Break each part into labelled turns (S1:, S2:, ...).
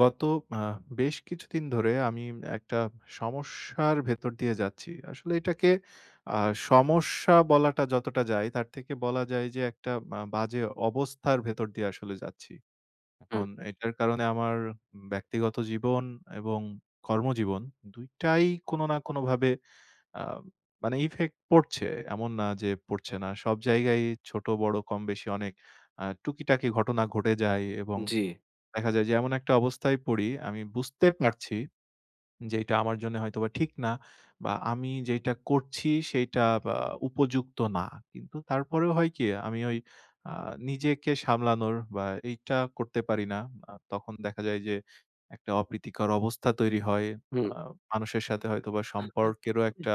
S1: গত আ বেশ কিছুদিন ধরে আমি একটা সমস্যার ভেতর দিয়ে যাচ্ছি। আসলে এটাকে আ সমস্যা বলাটা যতটা যায়, তার থেকে বলা যায় যে একটা বাজে অবস্থার ভেতর দিয়ে আসলে যাচ্ছি।
S2: হুম,
S1: এখন এটার কারণে আমার ব্যক্তিগত জীবন এবং কর্মজীবন ২ টাই কোনো না কোনোভাবে আ মানে ইফেক্ট পড়ছে। এমন না যে পড়ছে না। সব জায়গায় ছোট বড় কম বেশি অনেক টুকিটাকি ঘটনা ঘটে যায় এবং
S2: জি,
S1: দেখা যায় যে এমন একটা অবস্থায় পড়ি, আমি বুঝতে পারছি যেটা আমার জন্য হয়তোবা ঠিক না বা আমি যেইটা করছি সেইটা বা উপযুক্ত না। কিন্তু তারপরেও হয় কি আমি ওই আ নিজেকে সামলানোর বা এইটা করতে পারি না। তখন দেখা যায় যে একটা অপ্রীতিকর অবস্থা তৈরি হয়।
S2: হুম।
S1: আ মানুষের সাথে হয়তোবা সম্পর্কেরও একটা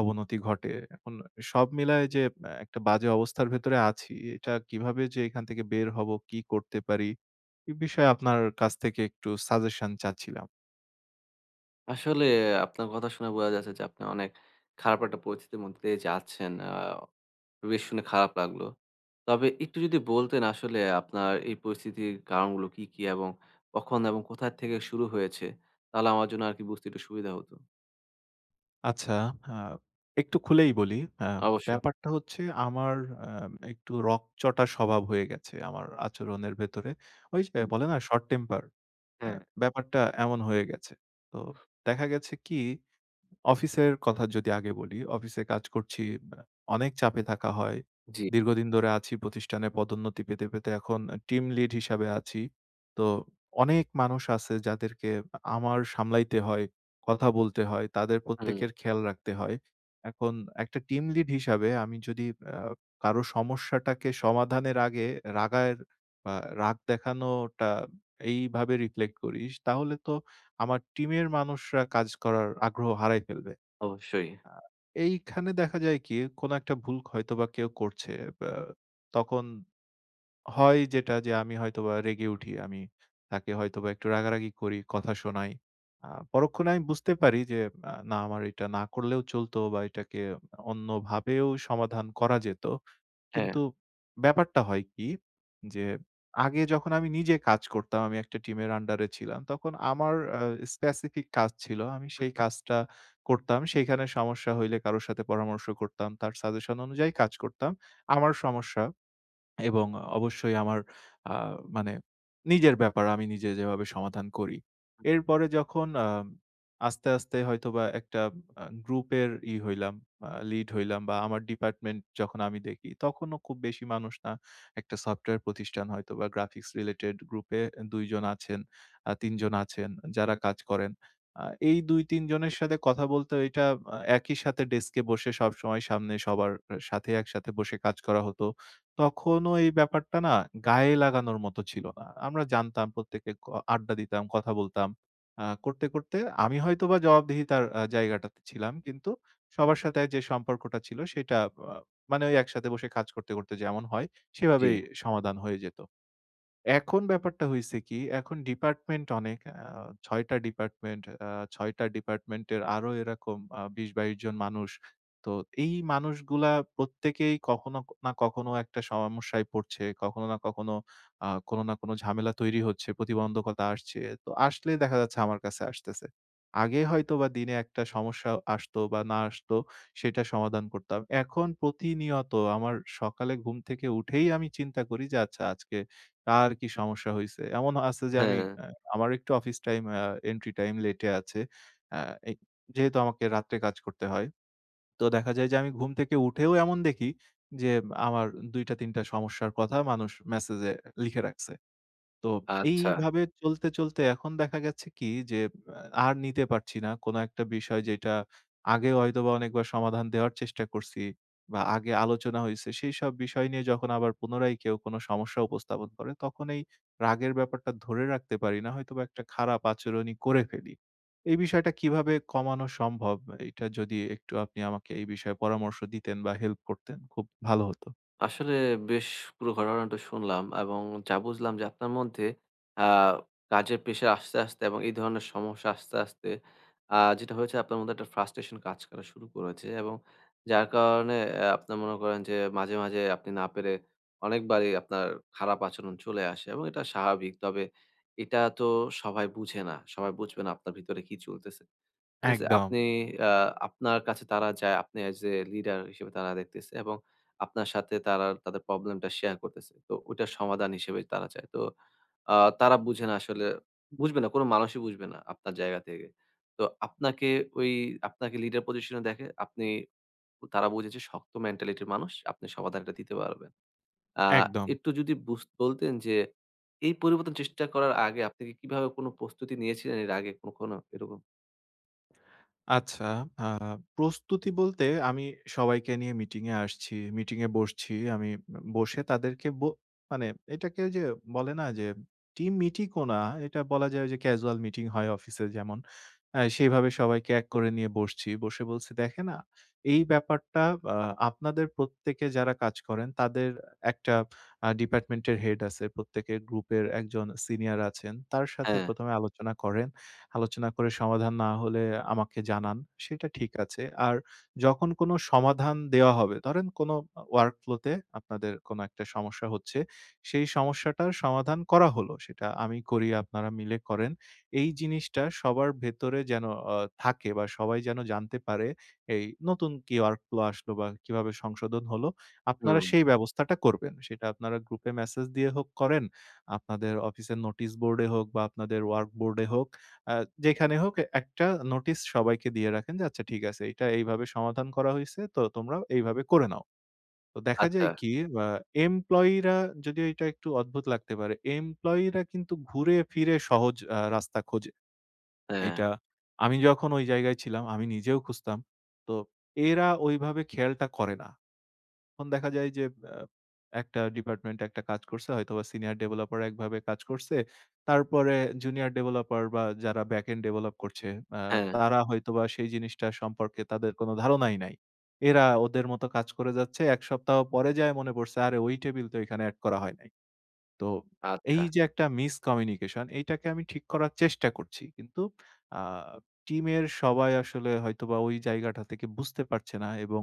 S1: অবনতি ঘটে। এখন সব মিলায় যে একটা বাজে অবস্থার ভেতরে আছি, এটা কিভাবে যে এখান থেকে বের হব, কি করতে পারি? এ বিষয়ে আপনার কাছ থেকে একটু সাজেশন চাচ্ছিলাম।
S2: আসলে আপনার কথা শুনে বোঝা যাচ্ছে যে আপনি অনেক খারাপ একটা পরিস্থিতির মধ্যে দিয়ে যাচ্ছেন। বেশ শুনে খারাপ লাগলো। তবে একটু যদি বলতেন আসলে আপনার এই পরিস্থিতির কারণগুলো কি, কি এবং কখন এবং কোথা থেকে শুরু হয়েছে? তাহলে আমার জন্য আরকি বুঝতে একটু সুবিধা হতো।
S1: আচ্ছা, আ একটু খুলেই বলি। আ আ
S2: অবশ্যই।
S1: ব্যাপারটা হচ্ছে আমার একটু রগচটা স্বভাব হয়ে গেছে আমার আচরণের ভেতরে। ওই যে
S2: হুম,
S1: বলে না শর্ট টেম্পার? আ
S2: হ্যাঁ।
S1: ব্যাপারটা এমন হয়ে গেছে। তো দেখা গেছে কি অফিসের কথা যদি আগে বলি, অফিসে কাজ করছি। আ অনেক চাপে থাকা হয়।
S2: জি,
S1: দীর্ঘদিন ধরে আছি প্রতিষ্ঠানে পদোন্নতি পেতে, পেতে এখন টিম লিড হিসাবে আছি। তো অনেক মানুষ আছে যাদেরকে আমার সামলাইতে হয়, কথা বলতে হয়, তাদের
S2: হুম,
S1: প্রত্যেকের খেয়াল রাখতে হয়। এখন একটা টিম লিড হিসাবে আমি যদি আ কারো সমস্যাটাকে সমাধানের আগে রাগায়ের বা রাগ দেখানোটা এইভাবে রিফ্লেক্ট করিস তাহলে তো আমার টিমের মানুষরা কাজ করার আগ্রহ হারায় ফেলবে।
S2: অবশ্যই।
S1: আ এইখানে দেখা যায় কি কোন একটা ভুল হয়তোবা কেউ করছে। বা তখন হয় যেটা যে আমি হয়তোবা রেগে উঠি। আমি তাকে হয়তোবা একটু রাগারাগি করি, কথা শোনাই। পরক্ষণে আমি বুঝতে পারি যে না আমার এটা না করলেও চলতো বা এটাকে অন্যভাবেও সমাধান করা যেত।
S2: হ্যাঁ,
S1: কিন্তু ব্যাপারটা হয় কি? যে আগে যখন আমি নিজে কাজ করতাম, আমি একটা টিমের আন্ডারে ছিলাম। তখন আমার স্পেসিফিক কাজ ছিল। আমি সেই কাজটা করতাম। সেইখানে সমস্যা হইলে কারো সাথে পরামর্শ করতাম। তার সাজেশন অনুযায়ী কাজ করতাম। আমার সমস্যা এবং অবশ্যই আমার আ মানে নিজের ব্যাপার আমি নিজে যেভাবে সমাধান করি। এরপরে যখন আস্তে, আস্তে হয়তোবা একটা গ্রুপের ই হইলাম, লিড হইলাম বা আমার ডিপার্টমেন্ট যখন আমি দেখি, তখনও খুব বেশি মানুষ না। একটা সফটওয়্যার প্রতিষ্ঠান হয়তোবা গ্রাফিক্স রিলেটেড গ্রুপে ২ জন আছেন, ৩ জন আছেন যারা কাজ করেন। আ এই ২-৩ জনের সাথে কথা বলতে এটা একই সাথে ডেস্কে বসে সবসময় সামনে সবার সাথে একসাথে বসে কাজ করা হতো। তখনও এই ব্যাপারটা না গায়ে লাগানোর মতো ছিল না। আমরা জানতাম প্রত্যেকে আড্ডা দিতাম, কথা বলতাম। করতে, করতে আমি হয়তোবা জবাবদিহিতার জায়গাটাতে ছিলাম। কিন্তু সবার সাথে যে সম্পর্কটা ছিল সেটা আ মানে ওই একসাথে বসে কাজ করতে, করতে যেমন হয়
S2: জি,
S1: সেভাবেই সমাধান হয়ে যেত। এখন ব্যাপারটা হইছে কি, এখন ডিপার্টমেন্ট অনেক। আ ৬ টা ডিপার্টমেন্ট, ৬ টা ডিপার্টমেন্টের আরো এরকম ২০-২২ জন মানুষ। তো এই মানুষগুলা প্রত্যেকেই কখনো না কখনো একটা সমস্যায় পড়ছে। কখনো না কখনো কোনো না কোনো ঝামেলা তৈরি হচ্ছে, প্রতিবন্ধকতা আসছে। তো আসলে দেখা যাচ্ছে আমার কাছে আসতেছে। আগে হয়তোবা দিনে একটা সমস্যা আসতো বা না আসতো সেটা সমাধান করতাম। এখন প্রতিনিয়ত আমার সকালে ঘুম থেকে উঠেই আমি চিন্তা করি যে আচ্ছা আজকে তার কি সমস্যা হইছে? এমন আছে যে আমি
S2: হ্যাঁ,
S1: আ আমার একটু অফিস টাইম এন্ট্রি টাইম লেটে আছে। আ এই যেহেতু আমাকে রাত্রে কাজ করতে হয়। তো দেখা যায় যে আমি ঘুম থেকে উঠেও এমন দেখি যে আমার ২ টা ৩ টা সমস্যার কথা মানুষ মেসেজে লিখে রাখছে। তো
S2: আচ্ছা।
S1: এইভাবে চলতে, চলতে এখন দেখা গেছে কি যে আ আর নিতে পারছি না। কোন একটা বিষয় যেটা আগে হয়তোবা অনেকবার সমাধান দেওয়ার চেষ্টা করছি বা আগে আলোচনা হইছে, সেইসব বিষয় নিয়ে যখন আবার পুনরায় কেউ কোন সমস্যা উপস্থাপন করে, তখন এই রাগের ব্যাপারটা ধরে রাখতে পারি না। হয়তোবা একটা খারাপ আচরণই করে ফেলি। এই বিষয়টা কিভাবে কমানো সম্ভব? এটা যদি একটু আপনি আমাকে এই বিষয়ে পরামর্শ দিতেন বা হেল্প করতেন, খুব ভালো হতো।
S2: আসলে বেশ পুরো ঘটনাটা শুনলাম এবং যা বুঝলাম যে আপনার মধ্যে আ কাজের প্রেশার আস্তে, আস্তে এবং এই ধরনের সমস্যা আস্তে, আস্তে যেটা হয়েছে আপনার মধ্যে একটা frustration কাজ করা শুরু করেছে এবং যার কারণে আপনার মনে করেন যে মাঝে, মাঝে আপনি না পেরে অনেকবারই আপনার খারাপ আচরণ চলে আসে এবং এটা স্বাভাবিক। তবে এটা তো সবাই বুঝে না। সবাই বুঝবে না আপনার ভিতরে কি চলতেছে। ঠিক আছে?
S1: একদম,
S2: আপনি আ আপনার কাছে তারা যায়, আপনি as a leader হিসেবে তারা দেখতেছে এবং আপনার সাথে তারা তাদের প্রবলেমটা শেয়ার করতেছে। তো ওইটার সমাধান হিসেবে তারা চায়। তো আ তারা বুঝে না আসলে, বুঝবে না, কোন মানুষই বুঝবে না আপনার জায়গা থেকে। তো আপনাকে ওই আপনাকে লিডার পজিশন এ দেখে আপনি তারা বোঝে যে শক্ত মেন্টালিটির মানুষ, আপনি সমাধানটা দিতে পারবেন। আ
S1: একদম।
S2: একটু যদি বলতেন যে এই পরিবর্তন চেষ্টা করার আগে আপনি কি কিভাবে কোন প্রস্তুতি নিয়েছিলেন এর আগে কখনো এরকম?
S1: আচ্ছা, আ প্রস্তুতি বলতে আমি সবাইকে নিয়ে মিটিংয়ে আসছি, মিটিংয়ে বসছি। আমি বসে তাদেরকে ব মানে এটাকে ওই যে বলে না যে টিম মিটিংও না, এটা বলা যায় যে ক্যাজুয়াল মিটিং হয় অফিসে যেমন। সেইভাবে সবাইকে এক করে নিয়ে বসছি। বসে বলছি, "দেখেন, এই ব্যাপারটা আ আপনাদের প্রত্যেকে যারা কাজ করেন তাদের একটা ডিপার্টমেন্টের হেড আছে। প্রত্যেকের গ্রুপের একজন সিনিয়র আছেন। তার সাথে
S2: হ্যাঁ,
S1: প্রথম এ আলোচনা করেন।" আলোচনা করে সমাধান না হলে আমাকে জানান। সেটা ঠিক আছে। আর যখন কোনো সমাধান দেওয়া হবে, ধরেন কোনো work flow তে আপনাদের কোনো একটা সমস্যা হচ্ছে, সেই সমস্যাটার সমাধান করা হলো। সেটা আমি করি, আপনারা মিলে করেন। এই জিনিসটা সবার ভেতরে যেন আ থাকে বা সবাই যেন জানতে পারে এই নতুন কি work flow আসলো বা কিভাবে সংশোধন হলো, আপনারা
S2: হুম,
S1: সেই ব্যবস্থাটা করবেন। সেটা আপনারা গ্রুপে মেসেজ দিয়ে হোক করেন, আপনাদের অফিসের নোটিশ বোর্ডে হোক বা আপনাদের ওয়ার্ক বোর্ডে হোক। আ যেখানে হোক একটা নোটিস সবাইকে দিয়ে রাখেন যে, "আচ্ছা ঠিক আছে, এটা এইভাবে সমাধান করা হইছে। তো তোমরা এইভাবে করে নাও।" তো দেখা যায়
S2: আচ্ছা।
S1: কি আ এমপ্লয়িরা যদিও এটা একটু অদ্ভুত লাগতে পারে। এমপ্লয়িরা কিন্তু ঘুরে ফিরে সহজ রাস্তা খোঁজে।
S2: হ্যাঁ,
S1: এইটা আমি যখন ওই জায়গায় ছিলাম আমি নিজেও খুঁজতাম। তো এরা ওইভাবে খেয়ালটা করে না। তখন দেখা যায় যে আ একটা ডিপার্টমেন্টে একটা কাজ করছে হয়তোবা সিনিয়র ডেভেলপার একভাবে কাজ করছে। তারপরে জুনিয়র ডেভেলপার বা যারা ব্যাকএন্ড ডেভেলপ করছে আ
S2: হ্যাঁ,
S1: তারা হয়তোবা সেই জিনিসটা সম্পর্কে তাদের কোনো ধারণাই নাই। এরা ওদের মতো কাজ করে যাচ্ছে। ১ সপ্তাহ পরে যায়া মনে পড়ছে আরে ওই টেবিল তো এখানে এড করা হয় নাই। তো
S2: আচ্ছা।
S1: এই যে একটা মিসকমিউনিকেশন এইটাকে আমি ঠিক করার চেষ্টা করছি। কিন্তু আ টিমের সবাই আসলে হয়তোবা ওই জায়গাটা থেকে বুঝতে পারছে না এবং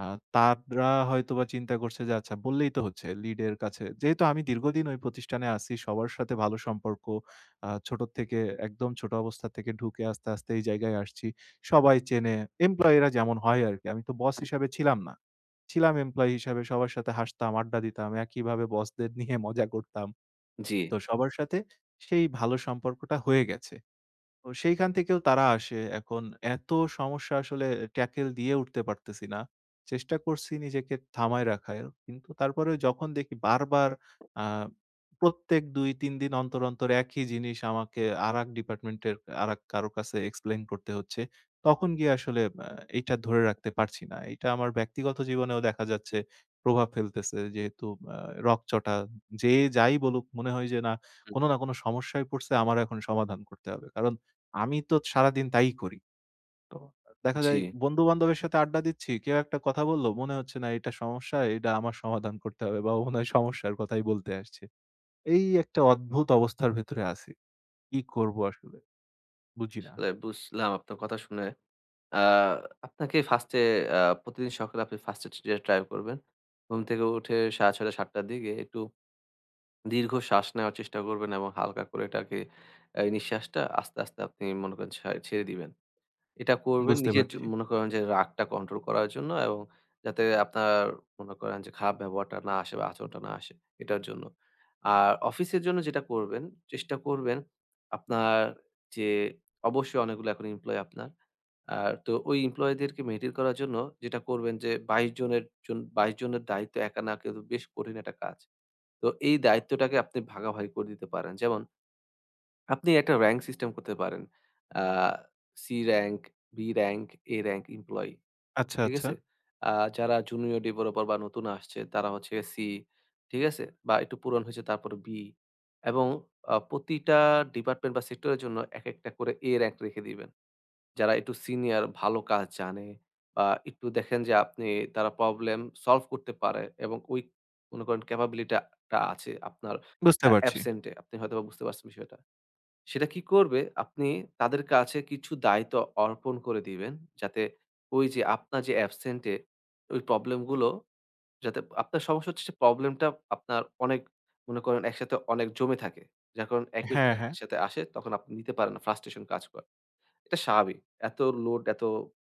S1: আ তারা হয়তোবা চিন্তা করছে যে আচ্ছা বললেই তো হচ্ছে লিডের কাছে। যেহেতু আমি দীর্ঘদিন ওই প্রতিষ্ঠানে আছি, সবার সাথে ভালো সম্পর্ক। ছোট থেকে একদম ছোট অবস্থা থেকে ঢুকে আস্তে, আস্তে এই জায়গায় আসছি। সবাই চেনে, এমপ্লয়িরা যেমন হয় আরকি। আমি তো বস
S2: হুম,
S1: হিসাবে ছিলাম না। ছিলাম এমপ্লয়ি হিসাবে সবার সাথে হাসতাম, আড্ডা দিতাম। একইভাবে বসদের নিয়ে মজা করতাম।
S2: জি,
S1: তো সবার সাথে সেই ভালো সম্পর্কটা হয়ে গেছে। তো সেইখান থেকেও তারা আসে। এখন এত সমস্যা আসলে ট্যাকেল দিয়ে উঠতে পারতেছি না। চেষ্টা করছি নিজেকে থামায় রাখার। কিন্তু তারপরেও যখন দেখি বারবার আ প্রত্যেক ২-৩ দিন অন্তর, অন্তর একই জিনিস আমাকে আরাক ডিপার্টমেন্টের আরাক কারো কাছে এক্সপ্লেইন করতে হচ্ছে। তখন গিয়ে আসলে এইটা ধরে রাখতে পারছি না। এইটা আমার ব্যক্তিগত জীবনেও দেখা যাচ্ছে প্রভাব ফেলতেছে। যেহেতু আ রগচটা যে যাই বলুক মনে হয় যে না,
S2: হুম,
S1: কোন না কোন সমস্যায় পড়ছে আমার এখন সমাধান করতে হবে। কারণ আমি তো সারাদিন তাই করি। তো দেখা
S2: জি।
S1: যায় বন্ধু-বান্ধবের সাথে আড্ডা দিচ্ছি। কেউ একটা কথা বলল, মনে হচ্ছে না এটা সমস্যা, এটা আমার সমাধান করতে হবে বা ও মনে হয় সমস্যার কথাই বলতে আসছে। এই একটা অদ্ভুত অবস্থার ভেতরে আছি। কি করব আসলে? বুঝি না।
S2: আসলে বুঝলাম আপনার কথা শুনে। আ আপনাকে 1st এ প্রতিদিন সকালে আপনি 1st এ যেটা ট্রাই করবেন। ঘুম থেকে উঠে 6:30 7:00 র দিকে একটু দীর্ঘ শ্বাস নেওয়ার চেষ্টা করবেন এবং হালকা করে এটাকে এই নিঃশ্বাসটা আস্তে, আস্তে আপনি মনে করেন ছেড়ে দিবেন। এটা করবেন
S1: বুঝতে
S2: নিজের
S1: পারছি।
S2: মনে করেন যে রাগটা কন্ট্রোল করার জন্য এবং যাতে আপনার মনে করেন যে খারাপ ব্যবহারটা না আসে বা আচরণটা না আসে এটার জন্য। আর অফিসের জন্য যেটা করবেন, চেষ্টা করবেন আপনার যে অবশ্যই অনেকগুলো এখন এমপ্লয়ি আপনার। আর তো ওই এমপ্লয়িদেরকে মেইনটেইন করার জন্য যেটা করবেন যে ২২ জনের ২২ জনের দায়িত্ব একা না কিন্তু বেশ কঠিন একটা কাজ। তো এই দায়িত্বটাকে আপনি ভাগাভাগি করে দিতে পারেন। যেমন আপনি একটা র‍্যাংক সিস্টেম করতে পারেন। Uh C rank, B rank, A rank employee.
S1: আচ্ছা,
S2: ঠিক
S1: আচ্ছা।
S2: আছে? আ যারা জুনিয়র ডেভেলপার বা নতুন আসছে তারা হচ্ছে সি, ঠিক আছে? বা একটু পুরান হয়েছে তারপরে বি এবং প্রতিটা ডিপার্টমেন্ট বা সেক্টরের জন্য একেকটা করে এ র‍্যাংক রেখে দিবেন। যারা একটু সিনিয়র ভালো কাজ জানে বা একটু দেখেন যে আপনি তারা প্রবলেম সলভ করতে পারে এবং ওই মনে করেন ক্যাপাবিলিটি টা আছে আপনার।
S1: বুঝতে
S2: হুম।
S1: পারছি।
S2: অ্যাবসেন্ট এ। আপনি হয়তোবা বুঝতে পারছেন বিষয়টা। সেটা কি করবে? আপনি তাদের কাছে কিছু দায়িত্ব অর্পণ করে দিবেন। যাতে ওই যে আপনার যে absent এ ওই প্রবলেম গুলো যাতে আপনার সমস্যা হচ্ছে যে প্রবলেমটা আপনার অনেক মনে করেন একসাথে অনেক জমে থাকে। যার কারণে একই জি।
S1: হ্যাঁ,
S2: প্রবলেম
S1: হ্যাঁ।
S2: একসাথে আসে তখন আপনি নিতে পারেন না। frustration কাজ করে। এটা স্বাভাবিক। এত লোড, এত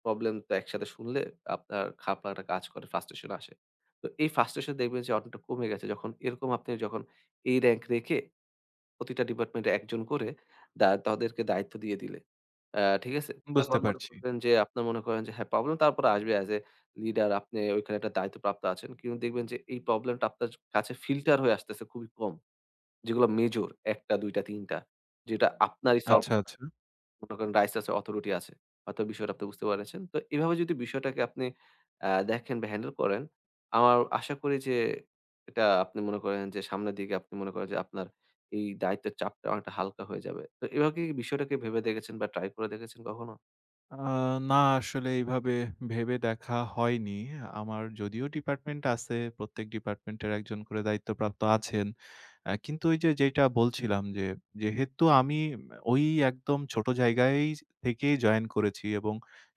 S2: প্রবলেম তো একসাথে শুনলে আপনার খারাপ লাগাটা কাজ করে, frustration আসে। তো এই frustration দেখবেন যে অনেকটা কমে গেছে। যখন এরকম আপনি যখন এই র‍্যাংক রেখে প্রতিটা ডিপার্টমেন্টে একজন করে তাদেরকে দায়িত্ব দিয়ে দিলে। ঠিক আছে?
S1: বুঝতে
S2: তখন হুম। মনে
S1: পারছি।
S2: করবেন যে আপনার মনে করেন যে হ্যাঁ, প্রবলেম তারপরে আসবে অ্যাজ এ লিডার আপনি ওইখানে একটা দায়িত্বপ্রাপ্ত আছেন। কিন্তু দেখবেন যে এই প্রবলেমটা আপনার কাছে ফিল্টার হয়ে আসতেছে খুবই কম। যেগুলো মেজর ১ টা ২ টা ৩ টা যেটা আপনারই সলভ
S1: আচ্ছা,
S2: আচ্ছা।
S1: আচ্ছা।
S2: মনে করেন রাইস আছে, অথরিটি আছে। হয়তো বিষয়টা আপনি বুঝতে পেরেছেন। তো এভাবে যদি বিষয়টাকে আপনি দেখেন বা হ্যান্ডেল করেন, আমার আশা করি যে এটা আপনি মনে করেন যে সামনের দিকে আপনি মনে করেন যে আপনার এই দায়িত্বের চাপটা অনেকটা হালকা হয়ে যাবে। তো এভাবে কি বিষয়টাকে ভেবে দেখেছেন বা ট্রাই করে দেখেছেন কখনো?
S1: আ না আসলে এইভাবে ভেবে দেখা হয়নি। আমার যদিও ডিপার্টমেন্ট আছে, প্রত্যেক ডিপার্টমেন্টের একজন করে দায়িত্বপ্রাপ্ত আছেন। কিন্তু ওই যে যেটা বলছিলাম যে, যেহেতু আমি ওই একদম ছোট জায়গায় থেকেই জয়েন করেছি এবং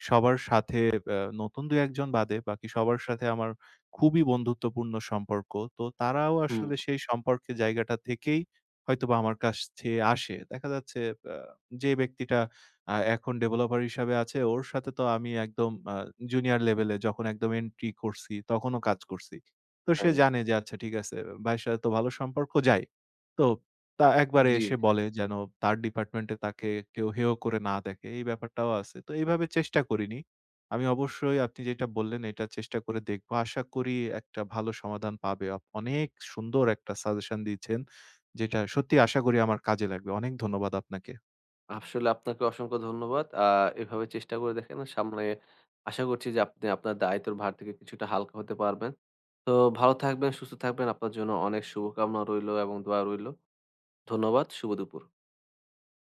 S1: সবার সাথে আ নতুন ২-১ জন বাদে বাকি সবার সাথে আমার খুবই বন্ধুত্বপূর্ণ সম্পর্ক। তো তারাও
S2: হুম,
S1: আসলে সেই সম্পর্কের জায়গাটা থেকেই হয়তোবা আমার কাছে আসে। দেখা যাচ্ছে আ যে ব্যক্তিটা এখন ডেভেলপার হিসাবে আছে। ওর সাথে তো আমি একদম জুনিয়র লেভেলে যখন একদম এন্ট্রি করছি, তখনও কাজ করছি। তো সে
S2: হ্যাঁ,
S1: জানে যে আচ্ছা ঠিক আছে ভাইয়ের সাথে তো ভালো সম্পর্ক যায়। তো তা একবারে
S2: জি।
S1: এসে বলে যেন তার ডিপার্টমেন্টে তাকে কেউ হেয় করে না দেখে। এই ব্যাপারটাও আছে। তো এইভাবে চেষ্টা করিনি। আমি অবশ্যই আপনি যেটা বললেন এটা চেষ্টা করে দেখব। আশা করি একটা ভালো সমাধান পাবে। আপ অনেক সুন্দর একটা সাজেশন দিয়েছেন। যেটা সত্যিই আশা করি আমার কাজে লাগবে। অনেক ধন্যবাদ আপনাকে।
S2: আসলে আপনাকে অসংখ্য ধন্যবাদ। এভাবে চেষ্টা করে দেখেন। সামনে আশা করছি যে আপনি আপনার দায়িত্বের ভার থেকে কিছুটা হালকা হতে পারবেন। তো ভালো থাকবেন, সুস্থ থাকবেন। আপনার জন্য অনেক শুভকামনা রইলো এবং দোয়া রইলো। ধন্যবাদ। শুভ দুপুর।